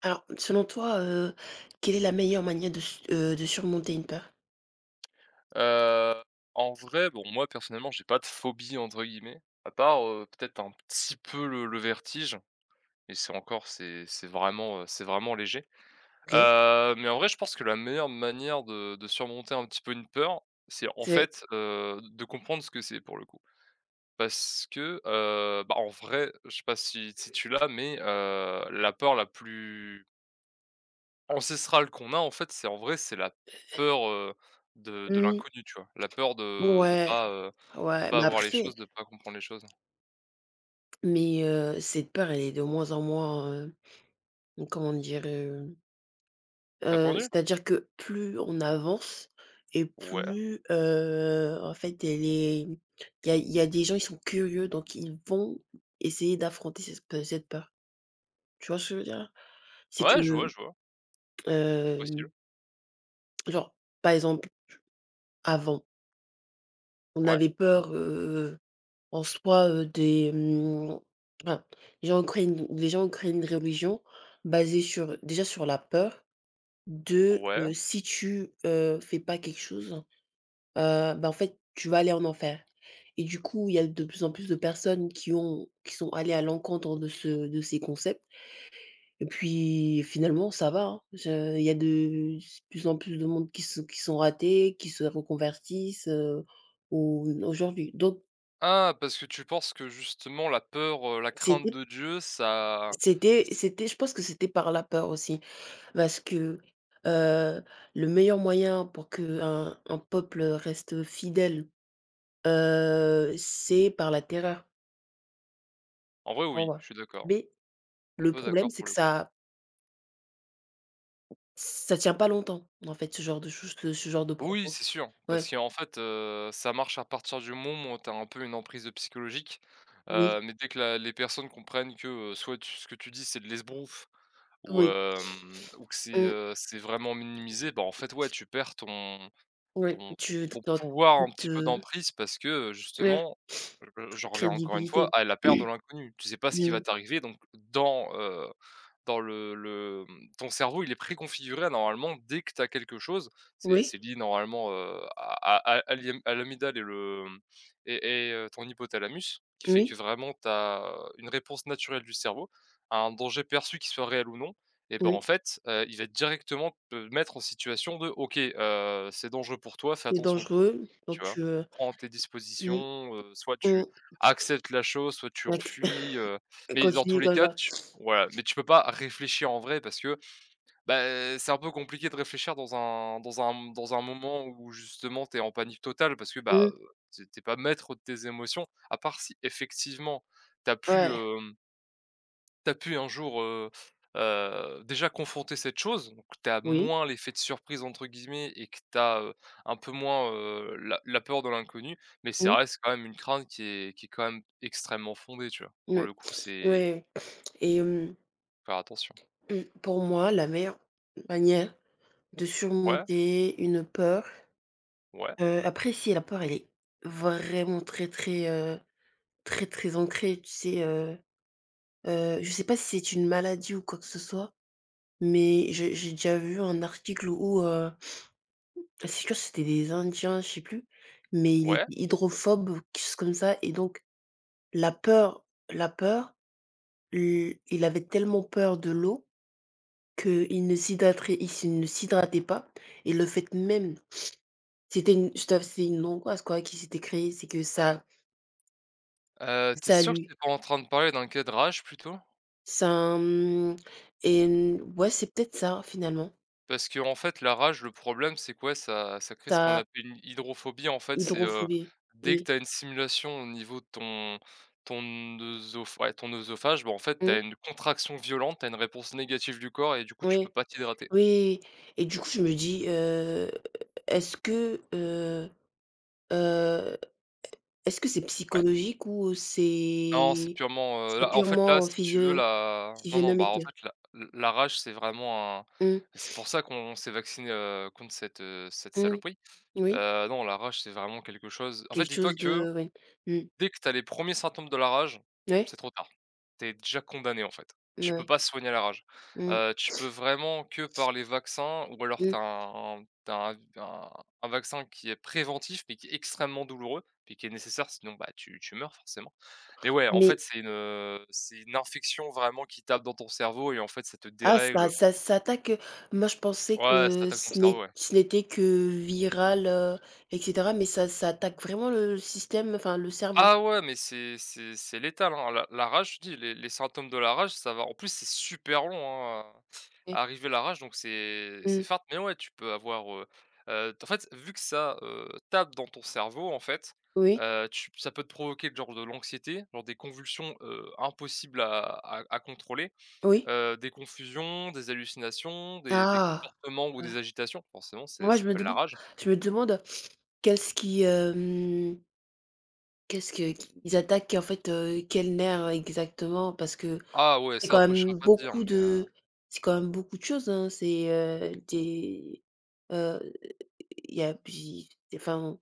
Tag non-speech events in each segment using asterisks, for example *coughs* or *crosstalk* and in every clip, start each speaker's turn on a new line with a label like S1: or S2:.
S1: Alors, selon toi, quelle est la meilleure manière de su de surmonter une peur?
S2: Heu, En vrai, bon, moi, personnellement, j'ai pas de «phobie» entre guillemets, à part, peut-être un petit peu le vertige et c'est encore c'est vraiment, c'est vraiment léger.
S1: OK.
S2: Mais en vrai, je pense que la meilleure manière de surmonter un petit peu une peur, c'est en
S1: C'est
S2: fait, de comprendre ce que c'est pour le coup. Parce que, bah, en vrai, je sais pas si tu l'as, mais la peur la plus ancestrale qu'on a en fait, c'est en vrai, c'est la peur, de
S1: mmh.
S2: l'inconnu, tu vois? La peur de
S1: Ouais,
S2: pas, de
S1: ouais,
S2: pas
S1: mais
S2: avoir les
S1: après
S2: choses, de pas comprendre les choses.
S1: mais cette peur, elle est de moins en moins, comment dire?
S2: Répondu.
S1: C'est-à-dire que plus on avance et
S2: Ouais,
S1: plus, en fait, elle est il y a des gens, ils sont curieux, donc ils vont essayer d'affronter cette peur. Tu vois ce que je veux dire? C'est
S2: ouais,
S1: que,
S2: je vois, c'est possible.
S1: hem, genre, par exemple, avant, on
S2: Ouais,
S1: avait peur. En soi, enfin, les gens créent une religion basée sur déjà sur la peur de,
S2: ouais.
S1: si tu fais pas quelque chose, bah, en fait, tu vas aller en enfer et du coup, il y a de plus en plus de personnes qui sont allées à l'encontre de ce de ces concepts et puis finalement ça va, hein. Je Il y a de plus en plus de monde qui sont ratés, qui se reconvertissent, au aujourd'hui donc
S2: Ah, parce que tu penses que justement la peur, la crainte
S1: c'était
S2: de Dieu ça
S1: C'était
S2: c
S1: c'était je pense que c'était par la peur aussi, parce que, heu, le meilleur moyen pour que un peuple reste fidèle, c'est par la terreur,
S2: en vrai
S1: pour
S2: oui, je
S1: moi.
S2: suis d'accord,
S1: Mais
S2: un
S1: le
S2: peu
S1: problème,
S2: d'accord
S1: c'est
S2: pour
S1: que
S2: le coup.
S1: ça tient pas longtemps, en fait, ce genre de choses, ce genre de
S2: Oui,
S1: propos.
S2: c'est sûr,
S1: Ouais,
S2: parce qu'en fait, ça marche à partir du moment où tu as un peu une emprise, psychologique,
S1: oui,
S2: mais dès que la les personnes comprennent que, soit tu ce que tu dis, c'est de l'esbrouffe ou
S1: oui,
S2: ou que
S1: mmh,
S2: c'est vraiment minimisé, bah, en fait, ouais, tu perds ton
S1: oui,
S2: ton ton
S1: tu
S2: ton pouvoir un
S1: toute,
S2: petit peu d'emprise parce que,
S1: ouais,
S2: justement, je
S1: toute
S2: j'en reviens encore une fois
S1: crédibilité.
S2: à la peur de
S1: *clears throat*
S2: l'inconnu. Tu sais pas ce qui va
S1: Mmh.
S2: t'arriver donc dans le ton cerveau, il est préconfiguré normalement dès que tu as quelque chose, c'est
S1: Oui,
S2: c'est lié normalement, à l'hyam à l'amygdale et le, mmh et ton hypothalamus, qui fait que
S1: oui,
S2: vraiment tu as une réponse naturelle du cerveau à un danger perçu, qui soit réel ou non et ben, en
S1: mmh,
S2: fait, il va directement te mettre en situation de: «OK, c'est dangereux pour toi, fais
S1: c'est
S2: attention, quoi».
S1: dangereux,
S2: Tu
S1: donc
S2: vois?
S1: heu,
S2: Prends tes
S1: mmh,
S2: dispositions, soit
S1: mmh,
S2: tu acceptes la chose, soit tu en
S1: acc
S2: fuis, mais dans tous
S1: continue
S2: les
S1: comme
S2: cas,
S1: ça.
S2: voilà, mais tu peux pas réfléchir en vrai parce que, bah, c'est un peu compliqué de réfléchir dans un moment où justement tu es en panique totale parce que, bah,
S1: Mmh,
S2: t'es tu pas maître de tes émotions, à part si effectivement t'as pu,
S1: ouais,
S2: hem, tu pu un jour, déjà confronter cette chose, donc tu as
S1: oui,
S2: moins l'effet de «surprise» entre guillemets et que tu as, un peu moins, la peur de l'inconnu, mais ça
S1: mmh,
S2: reste quand même une crainte qui est quand même extrêmement fondée, tu vois? Pour
S1: oui,
S2: le coup, c'est
S1: ouais et
S2: faire attention.
S1: mmh, pour moi, la meilleure manière de
S2: Ouais,
S1: surmonter une peur,
S2: ouais,
S1: après si la peur, elle est vraiment très, très, très, très ancrée, tu sais, je sais pas si c'est une maladie ou quoi que ce soit, mais j'ai déjà vu un article où, c'est sûr c'était des Indiens, je sais plus, mais il était
S2: ouais.
S1: hydrophobe ou quelque chose comme ça et donc la peur il avait tellement peur de l'eau qu'il ne s'hydratait, il s ne s'hydratait pas et le fait même c'était une je dois c'est une angoisse quoi qui s'était créée, c'est que ça
S2: Tu
S1: ça
S2: sûr que
S1: lui
S2: t'es pas en train de parler d'un cas de rage plutôt?
S1: ça, mmh et mmh, ouais, c'est peut-être ça finalement,
S2: Parce que en fait la rage, le problème c'est quoi? Ça crée ce qu'on
S1: ça
S2: appelle une hydrophobie en fait, c'est,
S1: hydrophobie.
S2: dès que
S1: Oui.
S2: t'as une simulation au niveau de ton ton œsoph ouais, ton œsophage, bah, en fait
S1: Mmh,
S2: t'as une contraction violente, t'as une réponse négative du corps et du coup tu peux
S1: oui,
S2: pas t'hydrater.
S1: oui et du coup, je me dis, est-ce que, heu heu, est-ce que c'est
S2: Ouais?
S1: psychologique ou
S2: Non, c'est purement,
S1: c'est physiologique,
S2: là en fait là si tu veux la non, non, bah, en
S1: physionomique?
S2: fait la rage c'est vraiment un
S1: Mmh,
S2: c'est pour ça qu'on s'est vacciné contre cette
S1: mmh.
S2: saloperie.
S1: Oui,
S2: Non, la rage, c'est vraiment quelque chose en fait,
S1: quelque
S2: dis-toi
S1: chose
S2: que
S1: de ouais. Mmh.
S2: dès que tu as les premiers symptômes de la rage,
S1: Ouais,
S2: c'est trop tard. Tu es déjà condamné, en fait. Tu peux
S1: ouais.
S2: pas soigner la rage.
S1: Mmh,
S2: Tu peux vraiment que par les vaccins ou alors tu
S1: mmh.
S2: as un tu un vaccin qui est préventif, mais qui est extrêmement douloureux, puis qui est nécessaire, sinon, bah, tu meurs forcément. Mais ouais, en
S1: Mais
S2: fait, c'est une infection vraiment qui tape dans ton cerveau et en fait, ça te
S1: ça
S2: dérègle.
S1: ça ça attaque, moi je pensais
S2: Ouais, ça
S1: que
S2: attaque ton
S1: ce
S2: cerveau,
S1: n'est
S2: ouais.
S1: ce n'était que viral, et cetera, mais ça attaque vraiment le système, enfin le cerveau.
S2: Ah ouais, mais c'est létal, hein. La rage, je te dis, les symptômes de la rage, ça va en plus, c'est super long, hein, à
S1: Ouais.
S2: à arriver la rage, donc c'est
S1: Mmh.
S2: fat. Mais ouais, tu peux avoir, en fait, vu que ça, tape dans ton cerveau, en fait,
S1: Oui,
S2: tu ça peut te provoquer le genre de l'anxiété, genre des convulsions, impossibles à contrôler,
S1: oui.
S2: des confusions, des hallucinations, des
S1: Ah!
S2: comportements ou des
S1: Ah.
S2: agitations. Forcément, c'est
S1: Moi
S2: ça s'appelle la rage.
S1: je me demande qu'est-ce qui, hem, qu'est-ce que qu'ils attaquent en fait, quel nerf exactement? Parce que
S2: Ah ouais,
S1: C'est
S2: ça,
S1: quand
S2: après, je ne saurais
S1: même
S2: pas te dire, mais
S1: beaucoup de c'est quand même beaucoup de choses, hein. C'est, heu, il y a enfin,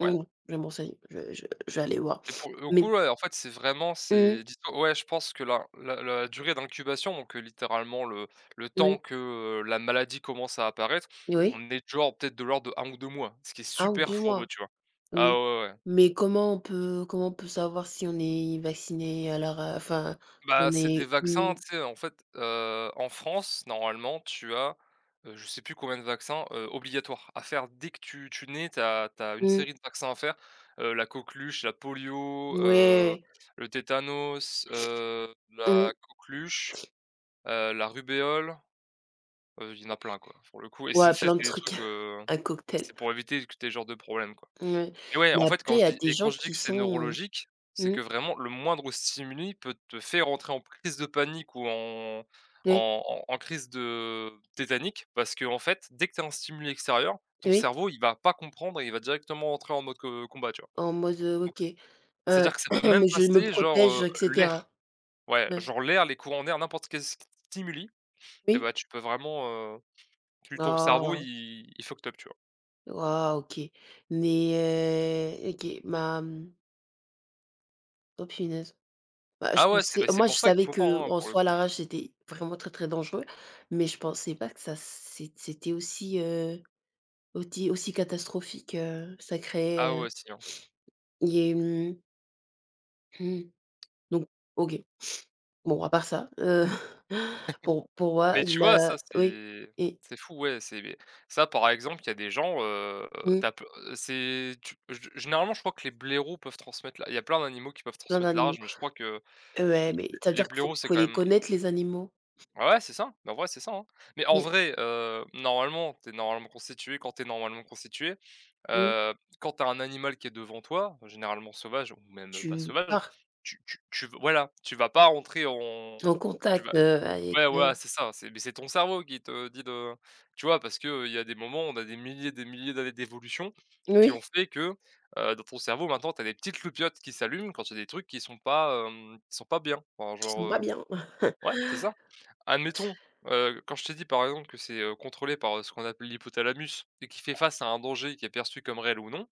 S2: ouais?
S1: mmh, je me renseigne, je vais aller voir.
S2: Et pour le
S1: Mais
S2: coup, ouais, en fait, c'est vraiment
S1: mmh,
S2: c'est dis-toi ouais, je pense que la durée d'incubation, donc littéralement le temps
S1: oui,
S2: que, la maladie commence à apparaître,
S1: oui,
S2: on est genre peut-être de l'ordre de 1 ou 2 mois, ce qui est
S1: un ou
S2: super
S1: 2
S2: fourbe,
S1: mois,
S2: tu vois? Ah ouais,
S1: oui.
S2: ouais. Ouais.
S1: Mais comment on peut savoir si on est vacciné à leur, enfin,
S2: Bah,
S1: qu'on
S2: c'est des
S1: est
S2: vaccins,
S1: immu
S2: tu sais, en fait, en France, normalement, tu as, je sais plus combien de vaccins, obligatoires à faire dès que tu nais, tu as une
S1: mmh,
S2: série de vaccins à faire, la coqueluche, la polio,
S1: ouais,
S2: le tétanos,
S1: mmh,
S2: la coqueluche, la rubéole, il y en a plein, quoi, pour le coup et c'est
S1: ouais,
S2: c'est
S1: plein de
S2: des
S1: trucs,
S2: trucs,
S1: *laughs* un cocktail.
S2: c'est pour éviter que tu aies ce genre de problème, quoi.
S1: Mouais.
S2: Et ouais, en
S1: Mais
S2: fait,
S1: après, il y a des
S2: quand
S1: gens
S2: je dis
S1: qui
S2: que c'est
S1: sont
S2: neurologique, c'est
S1: mmh,
S2: que vraiment le moindre stimuli peut te faire entrer en crise de panique ou en
S1: oui,
S2: en en en crise de tétanique parce que en fait, dès que tu as un stimuli extérieur, ton
S1: oui.
S2: cerveau, il va pas comprendre et il va directement entrer en mode co combat, tu vois?
S1: En mode,
S2: Donc
S1: OK, heu,
S2: c'est-à-dire que ça peut même
S1: *clears throat* je me
S2: passer genre,
S1: protège et cetera.
S2: l'air. Ouais,
S1: Ouais.
S2: genre l'air, les courants d'air, n'importe quel st stimuli et
S1: Oui?
S2: bah, tu peux vraiment, tu ton cerveau,
S1: Oh!
S2: il fucked up, tu vois?
S1: Waouh, OK. Mais, OK, oh punaise. Bah, je
S2: Ah ouais, c'est,
S1: pensais
S2: bah c'est
S1: moi je
S2: pour ça qu'il
S1: savais
S2: faut pas, hein,
S1: qu'en
S2: pour le
S1: soi
S2: coup.
S1: l'arrache c'était vraiment très, très dangereux, mais je pensais pas que ça c'é c'était aussi, auti aussi catastrophique, ça créait,
S2: Ah ouais, si, hein.
S1: il y ait, mmh, mmh, donc OK. Bon à part ça, *laughs* pour moi
S2: Mais tu vois, ça,
S1: la oui
S2: c'est
S1: et
S2: c'est fou, ouais, c'est ça, par exemple, il y a des gens,
S1: mmh,
S2: tu peu c'est tu g généralement, je crois que les blaireaux peuvent transmettre la il y a plein d'animaux qui peuvent
S1: plein
S2: transmettre la
S1: d'animaux.
S2: mais je crois que les
S1: Ouais, mais ça veut
S2: les
S1: dire qu'il
S2: blaireaux, c'est
S1: faut
S2: quand
S1: les
S2: même
S1: connaître les animaux.
S2: ouais, ouais, c'est ça, mais en vrai, c'est ça, hein. Mais en
S1: Mmh.
S2: vrai, normalement, t'es normalement constitué quand t'es normalement constitué,
S1: Mmh.
S2: heu, quand t'as un animal qui est devant toi, généralement sauvage ou même pas
S1: Tu
S2: sauvage,
S1: pars
S2: tu voilà, tu vas pas rentrer en
S1: en contact, avec,
S2: ouais, voilà, c'est ça, c'est mais c'est ton cerveau qui te dit de tu vois? Parce qu'il il y a des moments, on a des milliers d'années d'évolution qui
S1: oui.
S2: ont fait que, dans ton cerveau maintenant, tu as des petites loupiotes qui s'allument quand il y a des trucs qui sont pas, qui sont pas bien. Enfin
S1: Qui
S2: genre,
S1: sont pas bien. *laughs*
S2: ouais, c'est ça. Admettons, quand je t'ai dit par exemple que c'est, contrôlé par, ce qu'on appelle l'hypothalamus et qui fait face à un danger qui est perçu comme réel ou non,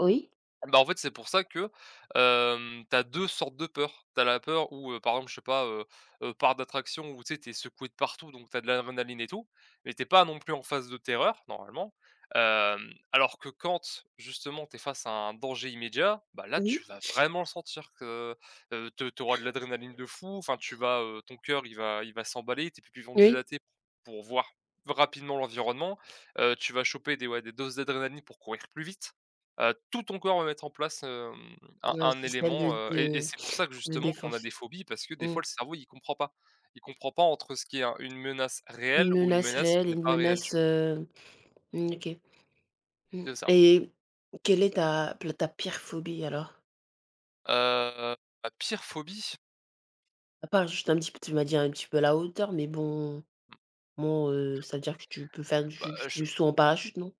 S1: Oui?
S2: bah, en fait, c'est pour ça que, tu as sortes de peurs. T'as la peur où, par exemple, je sais pas, parc d'attraction où tu sais, t'es secoué de partout, donc t'as de l'adrénaline et tout, mais t'es pas non plus en phase de terreur, normalement. Alors que quand, justement, t'es face à un danger immédiat, bah, là, tu
S1: Oui,
S2: vas vraiment le sentir que, te tu de l'adrénaline de fou, enfin, tu vas, ton cœur, il va s'emballer, tes pupilles vont
S1: oui.
S2: dilater pour voir rapidement l'environnement, tu vas choper des ouais, des doses d'adrénaline pour courir plus vite tout ton corps va mettre en place, un
S1: Un
S2: un
S1: système
S2: élément, et c'est pour ça que
S1: de
S2: justement qu'on a des
S1: défense.
S2: phobies parce que des
S1: Mmh.
S2: fois le cerveau il comprend pas. Il comprend pas entre ce qui est un une menace réelle ou une menace qui n'est
S1: Une
S2: pas réelle, tu
S1: menace,
S2: vois?
S1: mmh, OK. Mmh
S2: C'est ça.
S1: et quelle est ta pire phobie alors?
S2: Heu, Ma pire phobie?
S1: À part juste un petit peu tu m'as dit un petit peu la hauteur, mais bon, ça veut dire que tu peux faire
S2: Bah, je
S1: du saut en parachute, non?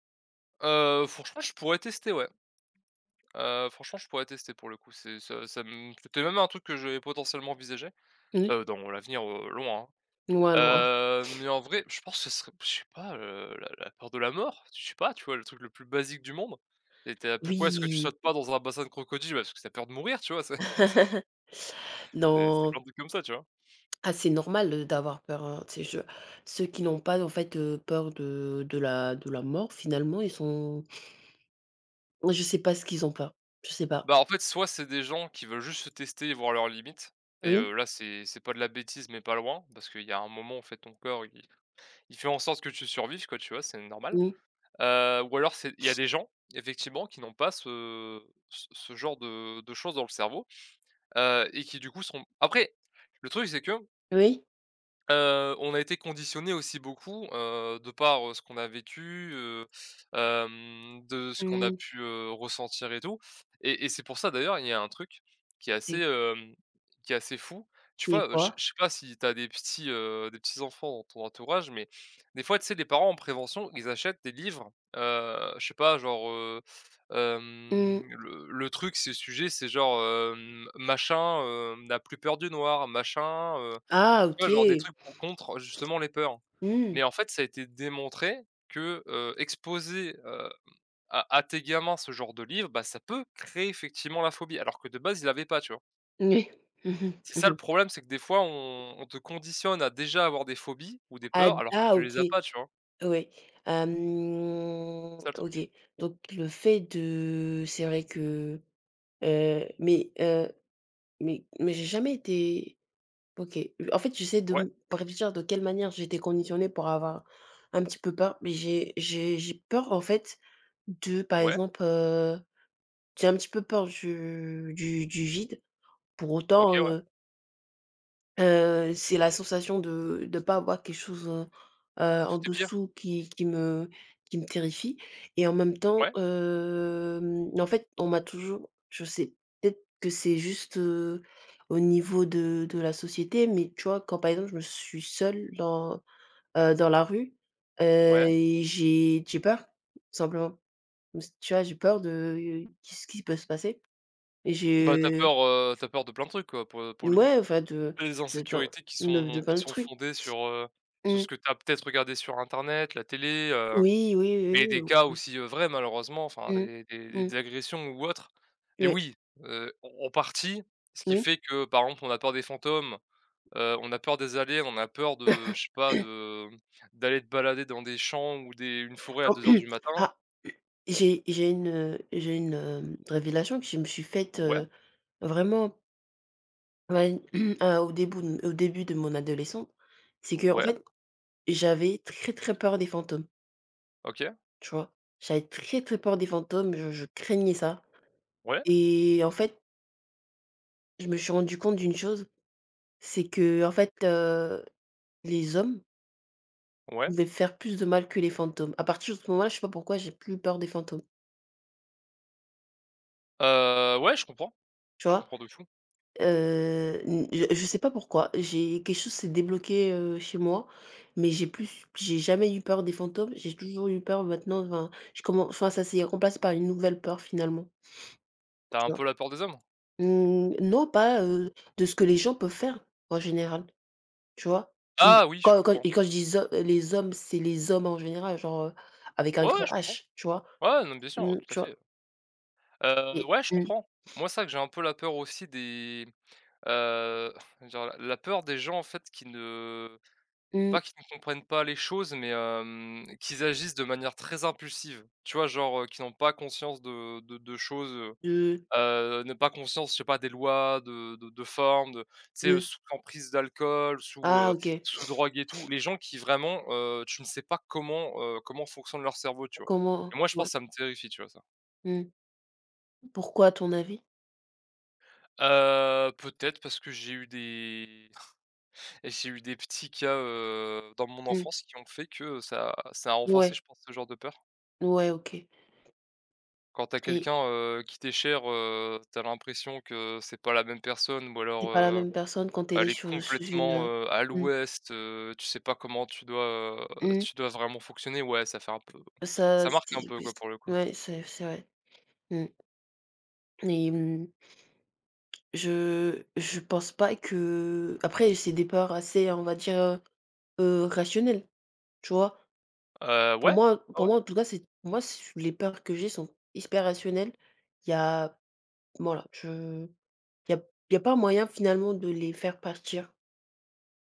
S2: franchement je pourrais tester ouais. Franchement je pourrais tester pour le coup, c'est ça ça me c'était même un truc que j'avais potentiellement envisagé,
S1: Oui.
S2: dans l'avenir, loin,
S1: Loin,
S2: hein.
S1: loin.
S2: Mais en vrai, je pense que ce serait je sais pas, la peur de la mort? Je sais pas, tu vois? Le truc le plus basique du monde. Et tu pourquoi est-ce que tu
S1: Oui.
S2: sautes pas dans un bassin de crocodile? Bah, parce que t'as peur de mourir, tu vois? C'est
S1: *laughs*
S2: *laughs* C'est
S1: Non,
S2: plein de trucs comme ça, tu vois?
S1: ah, c'est normal, d'avoir peur, hein. Tu sais, je ceux qui n'ont pas, en fait, peur de la mort, finalement, ils sont je sais pas ce qu'ils ont peur, je sais pas.
S2: Bah, en fait, soit c'est des gens qui veulent juste se tester et voir leurs limites et
S1: Oui?
S2: là, c'est pas de la bêtise, mais pas loin, parce qu'il y a un moment, en fait, ton corps, il fait en sorte que tu survives, quoi, tu vois? C'est normal.
S1: Mmh.
S2: Ou alors c'est il y a des gens, effectivement, qui n'ont pas ce genre de choses dans le cerveau. Et qui du coup sont après, le truc c'est que
S1: Oui?
S2: On a été conditionné aussi beaucoup, de par, ce qu'on a vécu, de ce qu'on a
S1: Mmh.
S2: pu, ressentir et tout, et c'est pour ça d'ailleurs, il y a un truc qui est
S1: C'est
S2: qui est assez fou. Tu
S1: C'est
S2: vois, je
S1: quoi?
S2: je sais pas si tu as des des petits enfants dans ton entourage, mais des fois, tu sais, les parents en prévention, ils achètent des livres, je sais pas, genre,
S1: Mmh.
S2: le truc, c'est le sujet, c'est genre, machin, n'a plus peur du noir, machin,
S1: Ah
S2: tu vois,
S1: OK.
S2: genre des trucs pour contre justement les peurs.
S1: Mmh.
S2: Mais en fait, ça a été démontré que, exposer, à tes gamins ce genre de livre, bah, ça peut créer effectivement la phobie, alors que de base ils l'avaient pas, tu vois?
S1: Oui. *laughs* Mmh mh.
S2: C'est ça le
S1: Mmh.
S2: problème, c'est que des fois on te conditionne à déjà avoir des phobies ou des
S1: Ah
S2: peurs alors que
S1: ah
S2: tu les
S1: OK,
S2: as pas, tu vois?
S1: oui. Hem,
S2: C'est ça le
S1: OK,
S2: truc.
S1: donc le fait de c'est vrai que, heu, mais heu, mais mais j'ai jamais été OK. En fait, j'essaie de
S2: Ouais,
S1: me réfléchir de quelle manière j'étais conditionnée pour avoir un petit peu peur, mais j'ai peur, en fait, de par
S2: ouais,
S1: exemple, j'ai un petit peu peur du vide. Pour autant,
S2: OK, ouais,
S1: C'est la sensation de pas avoir quelque chose,
S2: sous
S1: en
S2: tes pieds,
S1: dessous qui me terrifie et en même temps,
S2: ouais,
S1: en fait, on m'a toujours je sais, peut-être que c'est juste, au niveau de la société, mais tu vois, quand par exemple, je me suis seule dans, dans la rue,
S2: ouais.
S1: et j'ai peur, tout simplement. Tu vois, j'ai peur de qu'est-ce qui peut se passer et
S2: Bah, t'as
S1: j'ai
S2: peur, tu peur de plein de trucs quoi, pour le coup.
S1: ouais,
S2: Les
S1: de plein
S2: insécurités qui sont qui
S1: de
S2: sont
S1: trucs.
S2: fondées sur
S1: Mmh.
S2: ce que t'as peut-être regardé sur internet, la télé,
S1: Oui, oui,
S2: mais
S1: oui, oui,
S2: des cas
S1: ou
S2: aussi, vrais malheureusement, enfin
S1: mmh.
S2: des des
S1: Mmh.
S2: des agressions ou autres. Mais
S1: Ouais,
S2: oui, en en partie, ce qui
S1: oui.
S2: fait que, par exemple, on a peur des fantômes, on a peur des allées, on a peur de
S1: *coughs*
S2: je sais pas de mmh, d'aller te balader dans des champs ou des une forêt à
S1: En
S2: deux heures du
S1: *clears throat*
S2: matin.
S1: ah, j'ai une, révélation que je me suis faite,
S2: Ouais,
S1: vraiment, ouais, *clears throat* ah, au début de mon adolescence. C'est que en
S2: ouais,
S1: fait, j'avais très, très peur des fantômes,
S2: OK,
S1: tu vois? J'avais très, très peur des fantômes, je craignais ça
S2: ouais,
S1: et en fait, je me suis rendu compte d'une chose, c'est que en fait, les hommes
S2: ouais.
S1: pouvaient faire plus de mal que les fantômes. À partir de ce moment-là, je sais pas pourquoi, j'ai plus peur des fantômes.
S2: Ouais,
S1: Tu
S2: je
S1: vois?
S2: comprends de fou.
S1: N je sais pas pourquoi, j'ai quelque chose s'est débloqué, chez moi, mais j'ai jamais eu peur des fantômes, j'ai toujours eu peur maintenant, enfin, ça s'est remplacé par une nouvelle peur finalement,
S2: T'as un
S1: tu
S2: peu
S1: vois?
S2: la peur des hommes?
S1: Mmh, non, pas, de ce que les gens peuvent faire en général, tu vois? Une
S2: Ah oui, je comprends.
S1: quand je dis zo les hommes, c'est les hommes en général, genre, avec un
S2: Ouais, ouais,
S1: grand
S2: je comprends.
S1: H, tu vois?
S2: Ouais, non, bien sûr,
S1: Mmh,
S2: tout à
S1: tu
S2: fait.
S1: vois? Et
S2: Ouais, je
S1: mmh,
S2: comprends. Moi, c'est vrai que j'ai un peu la peur aussi des Heu, genre la peur des gens en fait qui ne
S1: mmh,
S2: pas qui ne comprennent pas les choses, mais qu'ils agissent de manière très impulsive. Tu vois? Genre, qui n'ont pas conscience de choses,
S1: de
S2: n'ont pas conscience, je sais pas, des lois, de forme, de tu sais,
S1: de
S2: sous emprise d'alcool,
S1: ah OK,
S2: sous drogue et tout. Les gens qui vraiment, tu ne sais pas comment, comment fonctionne leur cerveau, tu vois? Et
S1: comment
S2: moi je pense
S1: ouais,
S2: que ça me terrifie, tu vois ça?
S1: mmh, pourquoi à ton avis?
S2: Peut-être parce que j'ai eu des petits cas, dans mon
S1: Mmh.
S2: enfance qui ont fait que ça a renforcé, je
S1: Ouais,
S2: pense, ce genre de peur.
S1: ouais, OK
S2: Quand t'as
S1: et
S2: quelqu'un, qui t'est cher, tu l'impression que c'est pas la même personne ou alors,
S1: c'est pas la même personne quand elle est
S2: elle est
S1: sur sous une,
S2: complètement, à
S1: mmh,
S2: l'ouest, tu sais pas comment
S1: mmh.
S2: tu dois vraiment fonctionner. Ouais, ça fait un peu
S1: Ça,
S2: ça marque un
S1: c'est
S2: peu,
S1: plus
S2: quoi, pour le coup.
S1: ouais, c'est vrai. Mmh et mmh, je pense pas que après c'est des peurs assez, on va dire, rationnelles, tu vois?
S2: Ouais,
S1: Pour
S2: ouais.
S1: moi, en tout cas, c'est pour moi, c les peurs que j'ai sont hyper rationnelles. Il y a voilà, je il y a il y a pas moyen finalement de les faire partir.